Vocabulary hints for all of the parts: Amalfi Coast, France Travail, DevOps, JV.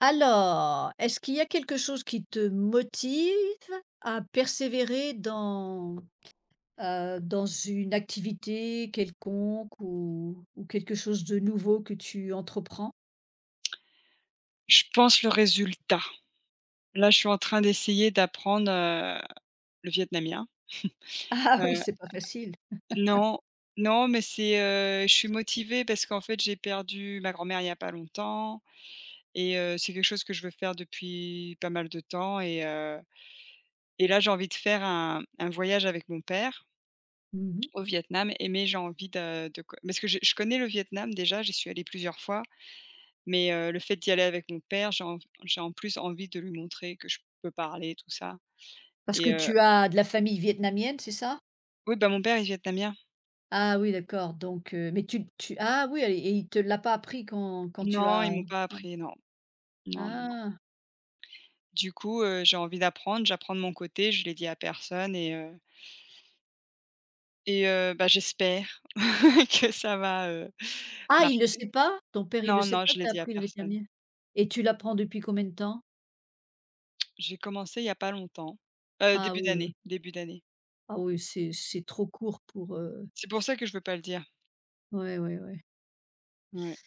Alors, est-ce qu'il y a quelque chose qui te motive à persévérer dans, dans une activité quelconque ou quelque chose de nouveau que tu entreprends? Je pense le résultat. Là, je suis en train d'essayer d'apprendre, le vietnamien. Ah oui, Heu, c'est pas facile. non, non, mais c'est, je suis motivée parce qu'en fait, j'ai perdu ma grand-mère il y a pas longtemps c'est quelque chose que je veux faire depuis pas mal de temps et là, j'ai envie de faire un voyage avec mon père Mmh. au Vietnam. Et mais j'ai envie de co parce que je connais le Vietnam déjà, j'y suis allée plusieurs fois, mais le fait d'y aller avec mon père, j'ai en plus envie de lui montrer que je peux parler, tout ça Parce que et heu tu as de la famille vietnamienne, c'est ça? oui, bah, mon père est vietnamien. Ah oui, d'accord, donc mais tu ah oui et il te l'a pas appris quand tu Non, ils as m'ont pas appris, non. Non, non, non. ah! Du coup, j'ai envie d'apprendre, j'apprends de mon côté, je l'ai dit à personne bah, j'espère que ça va, Ah, il le marcher. sait pas? Ton père, il le Non, sait non, pas je que l'ai tu as dit à appris le personne. vietnamien? Et tu l'apprends depuis combien de temps? J'ai commencé il y a pas longtemps, Ah début oui, oui. d'année, début d'année. Ah oui, c'est trop court pour, C'est pour ça que je veux pas le dire. ouais, ouais, ouais. Ouais.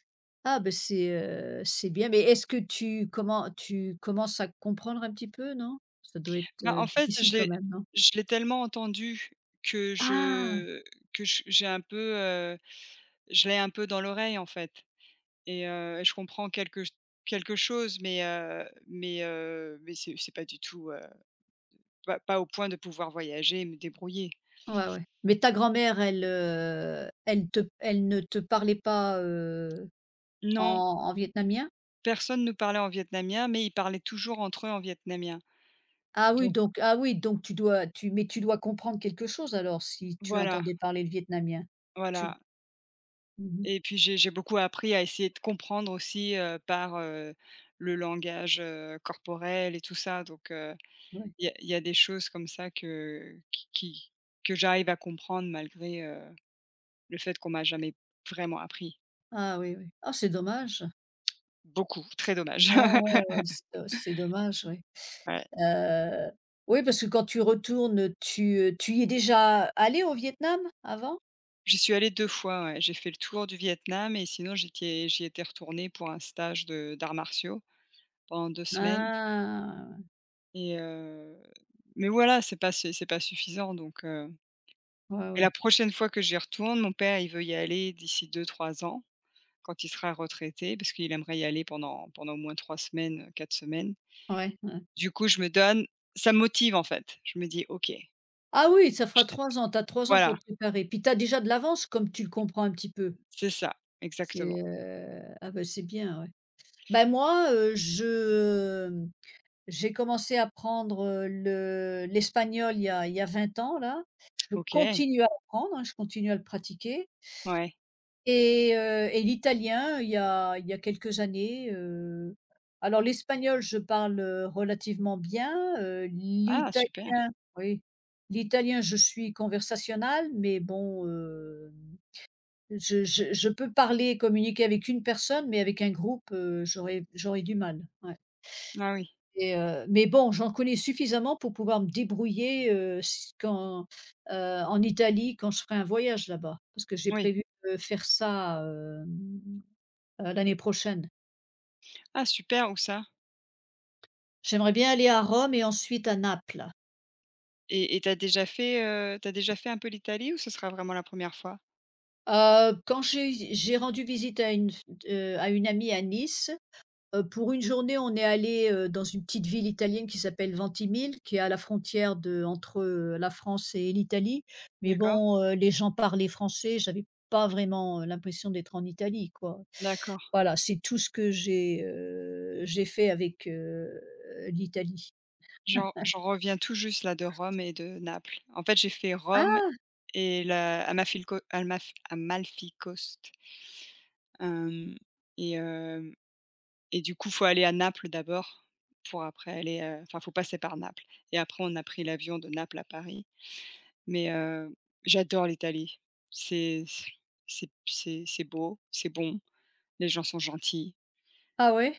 Ah ben c'est bien, mais est-ce que tu comment tu commences à comprendre un petit peu, non? Ça doit être, Bah, en fait, difficile quand même, non? je l'ai tellement entendu que Ah! je que j'ai un peu, je l'ai un peu dans l'oreille, en fait je comprends quelque chose, mais mais c'est pas du tout, pas au point de pouvoir voyager et me débrouiller. Ouais, ouais. Mais ta grand-mère, elle, elle te elle ne te parlait pas, en Non, en vietnamien? personne ne parlait en vietnamien, mais ils parlaient toujours entre eux en vietnamien. Donc Ah oui, donc tu dois tu mais tu dois comprendre quelque chose alors si tu voilà, entendais parler le vietnamien? Tu. voilà. Mmh. Et puis j'ai beaucoup appris à essayer de comprendre aussi, par, le langage, corporel et tout ça, donc heu. Ouais. Il y a des choses comme ça que qui que j'arrive à comprendre malgré, le fait qu'on m'a jamais vraiment appris Ah oui, oui. Ah c'est dommage. beaucoup, très dommage. Ah ouais, ouais, oh, c'est dommage, oui. Ouais. Heu, oui, parce que quand tu retournes, tu y es déjà allé au Vietnam avant? J'y suis allée 2 fois, ouais. J'ai fait le tour du Vietnam et sinon j'y étais retournée pour un stage de d'arts martiaux pendant 2 semaines Ah! et heu, mais voilà, c'est pas suffisant donc heu. Ouais, Et ouais. la prochaine fois que j'y retourne, mon père, il veut y aller d'ici deux trois ans, quand il sera retraité, parce qu'il aimerait y aller pendant au moins 3 semaines, 4 semaines. Ouais, ouais. Du coup, je me donne ça me motive, en fait. Je me dis : « OK, Ah oui, ça fera je » 3 ans, tu as 3 ans voilà, pour te préparer. Puis tu as déjà de l'avance comme tu le comprends un petit peu. c'est ça, exactement. C'est, ah ben c'est bien, ouais. Bah, moi, je, j'ai commencé à apprendre, le l'espagnol il y a 20 ans là. Je OK, continue à apprendre, hein, je continue à le pratiquer. ouais. Et l'italien, il y a quelques années, alors l'espagnol, je parle, relativement bien, Ah super! l'italien oui, l'italien, je suis conversationnelle, mais bon, je peux parler et communiquer avec une personne, mais avec un groupe, j'aurais du mal, ouais Ah oui, et mais bon, j'en connais suffisamment pour pouvoir me débrouiller, s quand, en Italie, quand je ferai un voyage là-bas. Parce que j'ai oui. prévu de faire ça, hem l'année prochaine. Ah super, où ça? J'aimerais bien aller à Rome et ensuite à Naples. Et tu as déjà fait, tu as déjà fait un peu l'Italie ou ce sera vraiment la première fois? Quand j'ai rendu visite à une f à une amie à Nice, pour une journée, on est allé dans une petite ville italienne qui s'appelle Ventimille, qui est à la frontière de entre, la France et l'Italie. Mais D'accord, bon, les gens parlaient français, j'avais pas vraiment, l'impression d'être en Italie, quoi. d'accord. Voilà, c'est tout ce que j'ai fait avec, l'Italie. J'en reviens tout juste là de Rome et de Naples. En fait, j'ai fait Rome Ah! et la Amafilco Almaf Amalfi Coast, hem et hem. Et du coup, faut aller à Naples d'abord pour après aller, enfin, faut passer par Naples et après on a pris l'avion de Naples à Paris. Mais, j'adore l'Italie. C'est c c'est beau, c'est bon, les gens sont gentils. Ah ouais?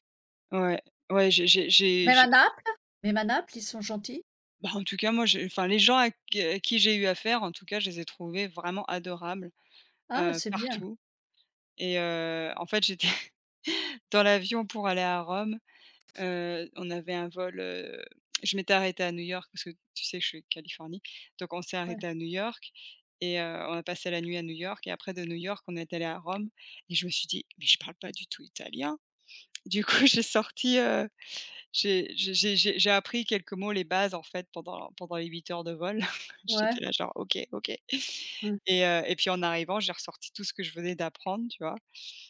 Ouais, ouais, Même à j'ai Naples? Même à Naples, ils sont gentils? bah, en tout cas, moi, j'ai enfin, les gens à qui j'ai eu affaire, en tout cas, je les ai trouvés vraiment adorables, Ah, c'est bien. partout en fait, j'étais dans l'avion pour aller à Rome. On avait un vol, je m'étais arrêtée à New York parce que tu sais, que je suis de Californie, donc on s'est Ouais, arrêté à New York et heu, on a passé la nuit à New York et après de New York, on est allé à Rome et je me suis dit : « Mais je parle pas du tout italien ». Du coup, j'ai sorti, j'ai appris quelques mots, les bases en fait pendant les 8 heures de vol. ouais, J'étais là genre : « OK, OK » ouais, et puis en arrivant, j'ai ressorti tout ce que je venais d'apprendre, tu vois?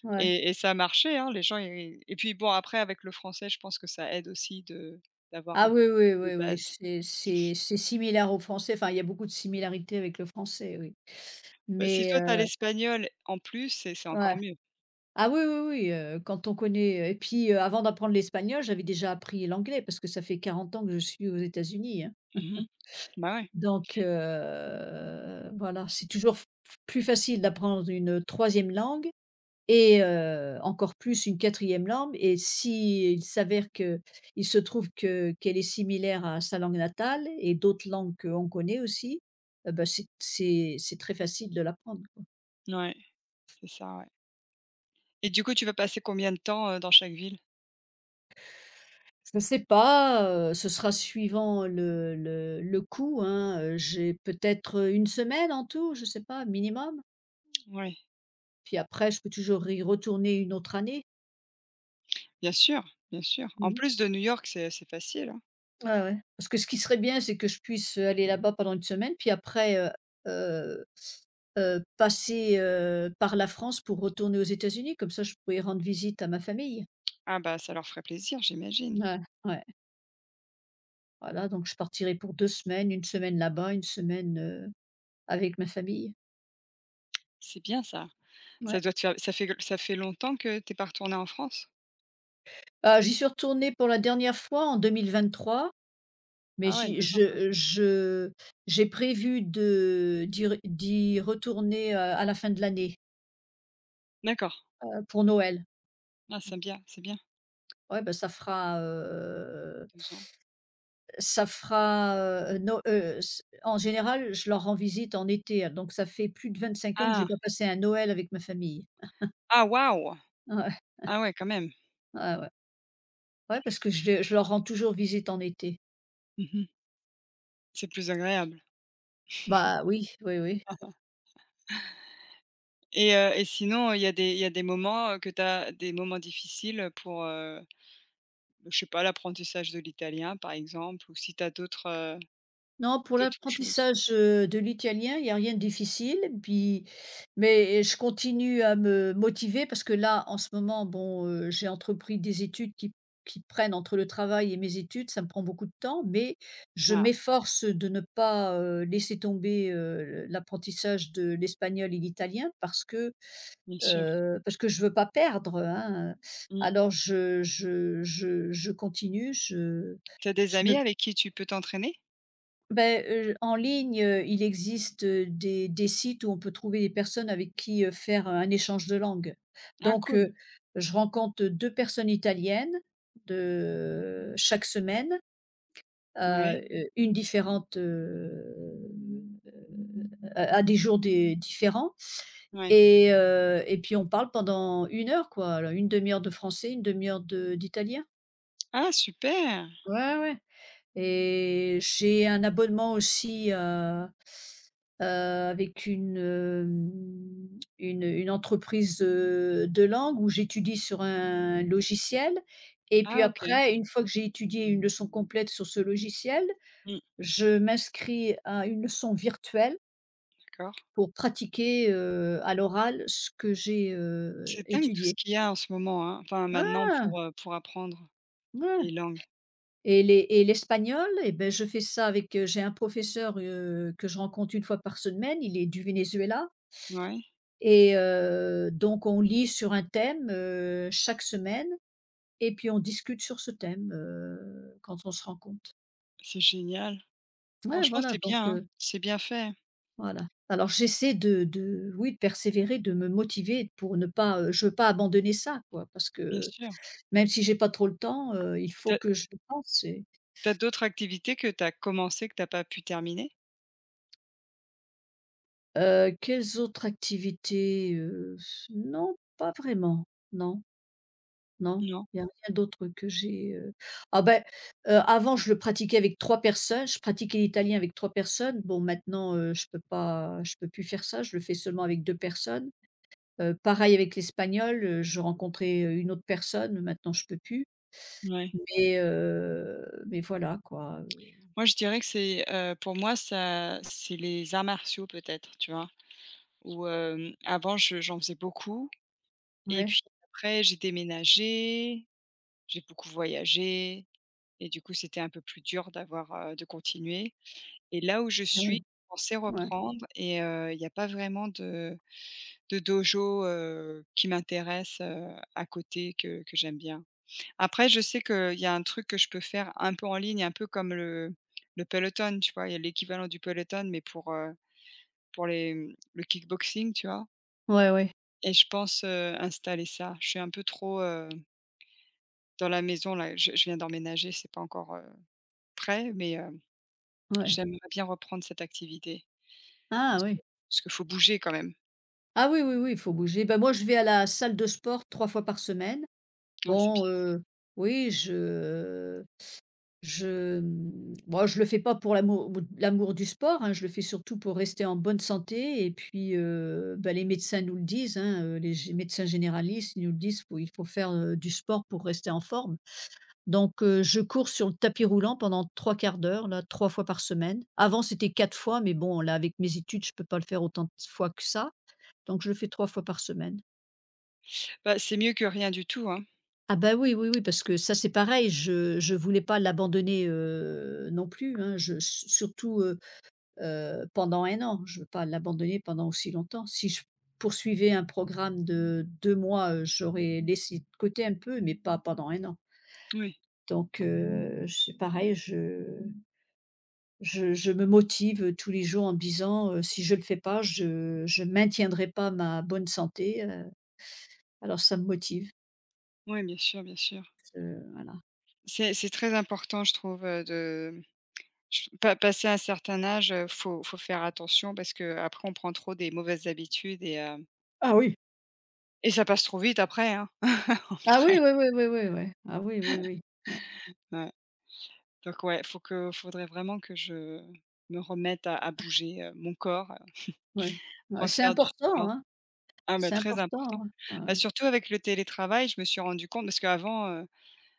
ouais. Et ça a marché, hein, les gens i et puis bon après avec le français, je pense que ça aide aussi de d'avoir Ah un oui, oui, peu oui, de oui, base. c'est similaire au français, enfin, il y a beaucoup de similarités avec le français, oui. Bah, si Mais toi t'as l'espagnol en plus, c'est encore ouais. mieux. Ah oui, oui, oui, quand on connaît, et puis, avant d'apprendre l'espagnol, j'avais déjà appris l'anglais parce que ça fait 40 ans que je suis aux États-Unis, hein. Mmh. Bah, ouais. Donc voilà, c'est toujours f plus facile d'apprendre une troisième langue. Et encore plus une quatrième langue et s'il s'avère que il se trouve que qu'elle est similaire à sa langue natale et d'autres langues qu'on connaît aussi, bah, c'est très facile de l'apprendre, quoi. Ouais, c'est ça, ouais. Et du coup, tu vas passer combien de temps, dans chaque ville? Je ne sais pas, ce sera suivant le coût, hein, j'ai peut-être, une semaine en tout, je ne sais pas, minimum. Ouais, Puis après je peux toujours y retourner une autre année. bien sûr, bien sûr. En Mmh. plus de New York, c'est facile, hein? Ouais, ouais. Parce que ce qui serait bien, c'est que je puisse, aller là-bas pendant une semaine, puis après, heu passer, par la France pour retourner aux États-Unis. Comme ça, je pourrais rendre visite à ma famille. Ah bah, ça leur ferait plaisir, j'imagine. Ouais, ouais. Voilà, donc je partirai pour 2 semaines, une semaine là-bas, une semaine, avec ma famille. C'est bien ça. Ouais. Ça doit te faire ça fait longtemps que t'es es pas retournée en France? Ah, j'y suis retournée pour la dernière fois en 2023, mais Ah ouais, j'y 2 ans quand même. je j'ai prévu de d'y re d'y retourner, à la fin de l'année, D'accord. Pour Noël. Ah, c'est bien, Ouais, bah, deux ans. ça fera, no s en général, je leur rends visite en été, hein, donc ça fait plus de 25 ans que j'ai Ah! pas passé un Noël avec ma famille. Ah waouh! Ouais, Ah ouais, quand même. ouais, ouais. Ouais, parce que je leur rends toujours visite en été. Mmh. C'est plus agréable. Bah, oui, oui, oui. Et sinon, il y a des moments, que tu as des moments difficiles pour, je sais pas, l'apprentissage de l'italien, par exemple, ou si tu as d'autres, Non, pour d'autres choses? l'apprentissage, de l'italien, il y a rien de difficile, puis mais je continue à me motiver parce que là, en ce moment, bon, j'ai entrepris des études qui prennent entre le travail et mes études, ça me prend beaucoup de temps, mais je Ah, m'efforce de ne pas, laisser tomber, l'apprentissage de l'espagnol et l'italien bien sûr. Parce que je veux pas perdre, hein, Mmh. alors je continue, Tu as des je amis me avec qui tu peux t'entraîner? Beh, en ligne, il existe, des sites où on peut trouver des personnes avec qui, faire, un échange de langue. Ah Donc cool. Je rencontre 2 personnes italiennes de chaque semaine, Ouais, heu, une différente, à des jours des différents ouais. et puis on parle pendant 1 heure quoi, alors 1/2 heure de français, une demi heure de d'italien. Ah super! Ouais, ouais. Et j'ai un abonnement aussi, avec une, une entreprise, de langue où j'étudie sur un logiciel et puis Ah OK. après une fois que j'ai étudié une leçon complète sur ce logiciel, Mmh, je m'inscris à une leçon virtuelle d'accord. pour pratiquer, à l'oral ce que j'ai, C'est dingue tout ce étudié. qu'il y a en ce moment, hein, enfin maintenant Ah! Pour apprendre Ouais. les langues. Et l'espagnol, et ben je fais ça avec, j'ai un professeur, que je rencontre une fois par semaine, il est du Venezuela Ouais, et donc on lit sur un thème, chaque semaine et puis on discute sur ce thème, quand on se rencontre. c'est génial. Ouais, Franchement, voilà, c'est bien, donc hein, c'est bien fait. voilà. Alors j'essaie de oui, de persévérer, de me motiver pour ne pas, je veux pas abandonner ça, quoi, parce Bien que sûr. même si j'ai pas trop le temps, il T'as faut que as je le pense. d'autres activités que t'as commencé, que t'as pas pu terminer? Quelles autres activités? Non, pas vraiment. Non, non, Non? il n'y a rien d'autre que j'ai, ah ben, avant je le pratiquais avec 3 personnes, je pratiquais l'italien avec 3 personnes. Bon maintenant, je peux pas je peux plus faire ça, je le fais seulement avec 2 personnes. Pareil avec l'espagnol, je rencontrais, une autre personne, maintenant je peux plus. Ouais. Mais voilà quoi, Moi, je dirais que c'est, pour moi, ça c'est les arts martiaux peut-être, tu vois? Où, hem, avant, je j'en faisais beaucoup et ouais, puis après, j'ai déménagé, j'ai beaucoup voyagé et du coup, c'était un peu plus dur d'avoir, de continuer et là où je Ah suis, ouais, je pensais ouais. reprendre il y a pas vraiment de dojo, qui m'intéresse, à côté que j'aime bien. Après, je sais qu'il y a un truc que je peux faire un peu en ligne, un peu comme le Peloton, tu vois? Il y a l'équivalent du Peloton, mais pour les, mmh, le kickboxing, tu vois? Ouais, ouais, Et je pense, installer ça. Je suis un peu trop, dans la maison là. Je viens d'emménager, c'est pas encore, prêt, mais, ouais. j'aimerais bien reprendre cette activité. Ah oui! Parce qu'il faut bouger quand même. Ah oui, oui, oui, il faut bouger. Ben moi, je vais à la salle de sport 3 fois par semaine. Ouais, c'est bien. Bon, oui, je, moi, je le fais pas pour l'amour du sport, hein, je le fais surtout pour rester en bonne santé et puis, bah, les médecins nous le disent, hein, les gé médecins généralistes, ils nous le disent, faut il faut faire, du sport pour rester en forme. Donc je cours sur le tapis roulant pendant 3 quarts d'heure, là, 3 fois par semaine. Avant, c'était 4 fois, mais bon, là, avec mes études, je peux pas le faire autant de fois que ça, donc je le fais 3 fois par semaine. Bah, c'est mieux que rien du tout, hein. Ah bah, oui, oui, oui, parce que ça, c'est pareil, je voulais pas l'abandonner, non plus, hein. Je su surtout, pendant 1 an, je veux pas l'abandonner pendant aussi longtemps. Si je poursuivais un programme de 2 mois, j'aurais laissé de côté un peu, mais pas pendant 1 an. Oui, Donc c'est pareil, je me motive, tous les jours en me disant, «Si je le fais pas, je maintiendrai pas ma bonne santé», alors ça me motive, oui, bien sûr, bien sûr. Voilà. C'est très important, je trouve, de Je pa passé un certain âge, faut faire attention parce que après on prend trop des mauvaises habitudes et hem Ah oui! et ça passe trop vite après, hein, en Ah vrai. oui, oui, oui, oui, oui, oui. Ah oui, oui, oui. Ouais, Ouais, donc ouais, faut que faudrait vraiment que je me remette à bouger, mon corps, ouais. Ouais, c'est refaire du important, sport. hein. Ah bah, C'est très important, important. hein. Ouais, Bah, ouais. surtout avec le télétravail, je me suis rendu compte parce qu'avant,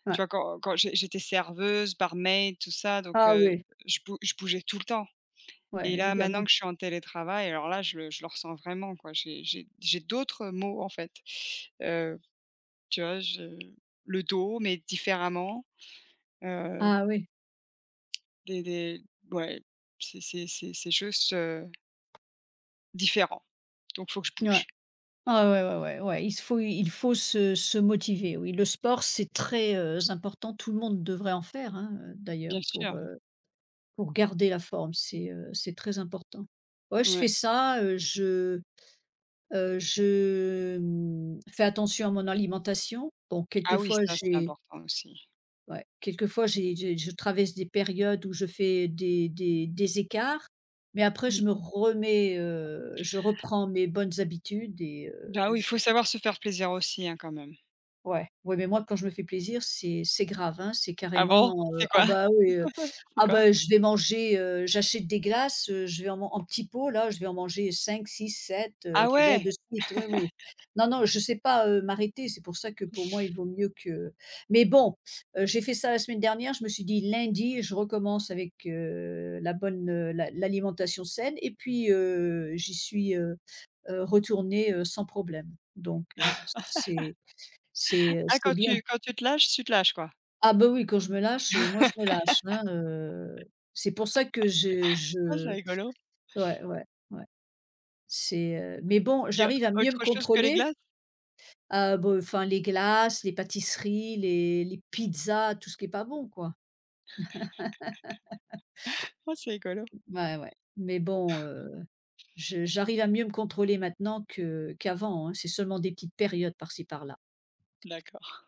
Ouais. tu vois, quand j'étais serveuse, barmaid, tout ça, donc Ah oui, je bougeais tout le temps. Et ouais, là, maintenant évidemment. que je suis en télétravail, alors là, je le ressens vraiment, quoi. J'ai d'autres mots en fait. Heu, tu vois, je le dos, mais différemment, heu, Ah oui. Des ouais, c'est juste, différent. Donc faut que je Ouais. bouge. Ah ouais, ouais, ouais, ouais. Il faut se motiver, oui. Le sport, c'est très, important. Tout le monde devrait en faire, hein, d'ailleurs Bien sûr, pour garder la forme. C'est très important. Ouais, je fais ouais. ça, je, fais attention à mon alimentation. Bon, Ah oui, quelquefois ça, c'est j'ai important aussi. Ouais, quelquefois, j'ai je traverse des périodes où je fais des écarts, mais après Mmh. je me remets, je reprends mes bonnes habitudes Bah, oui, il faut savoir se faire plaisir aussi, hein, quand même. Ouais, ouais, mais moi quand je me fais plaisir, c'est grave, hein, c'est Ah bon? carrément, C'est «Ah quoi? bah, oui, C'est ah quoi? bah, je vais manger, j'achète des glaces, je vais en petit pot là, je vais en manger cinq, six, sept, Ah tu vois? ouais? De suite, oui, oui. Non, non, je sais pas, m'arrêter, c'est pour ça que pour moi il vaut mieux que mais bon, j'ai fait ça la semaine dernière, je me suis dit: «Lundi, je recommence avec, la bonne, l'alimentation saine» et puis, j'y suis, retournée, sans problème. Donc, Ah c'est quand bien. tu te lâches, tu te lâches, quoi? Ah bah oui, quand je me lâche, moi je me lâche, hein, c'est pour ça que Ah, c'est je rigolo. ouais, ouais, ouais, c'est, mais bon, Il j'arrive à mieux me autre chose que les contrôler, glaces? à be enfin les glaces, les pâtisseries, les pizzas, tout ce qui est pas bon, quoi. Ah, c'est rigolo. Ouais, ouais, mais bon, je j'arrive à mieux me contrôler maintenant que qu'avant, hein, c'est seulement des petites périodes par-ci par-là. D'accord.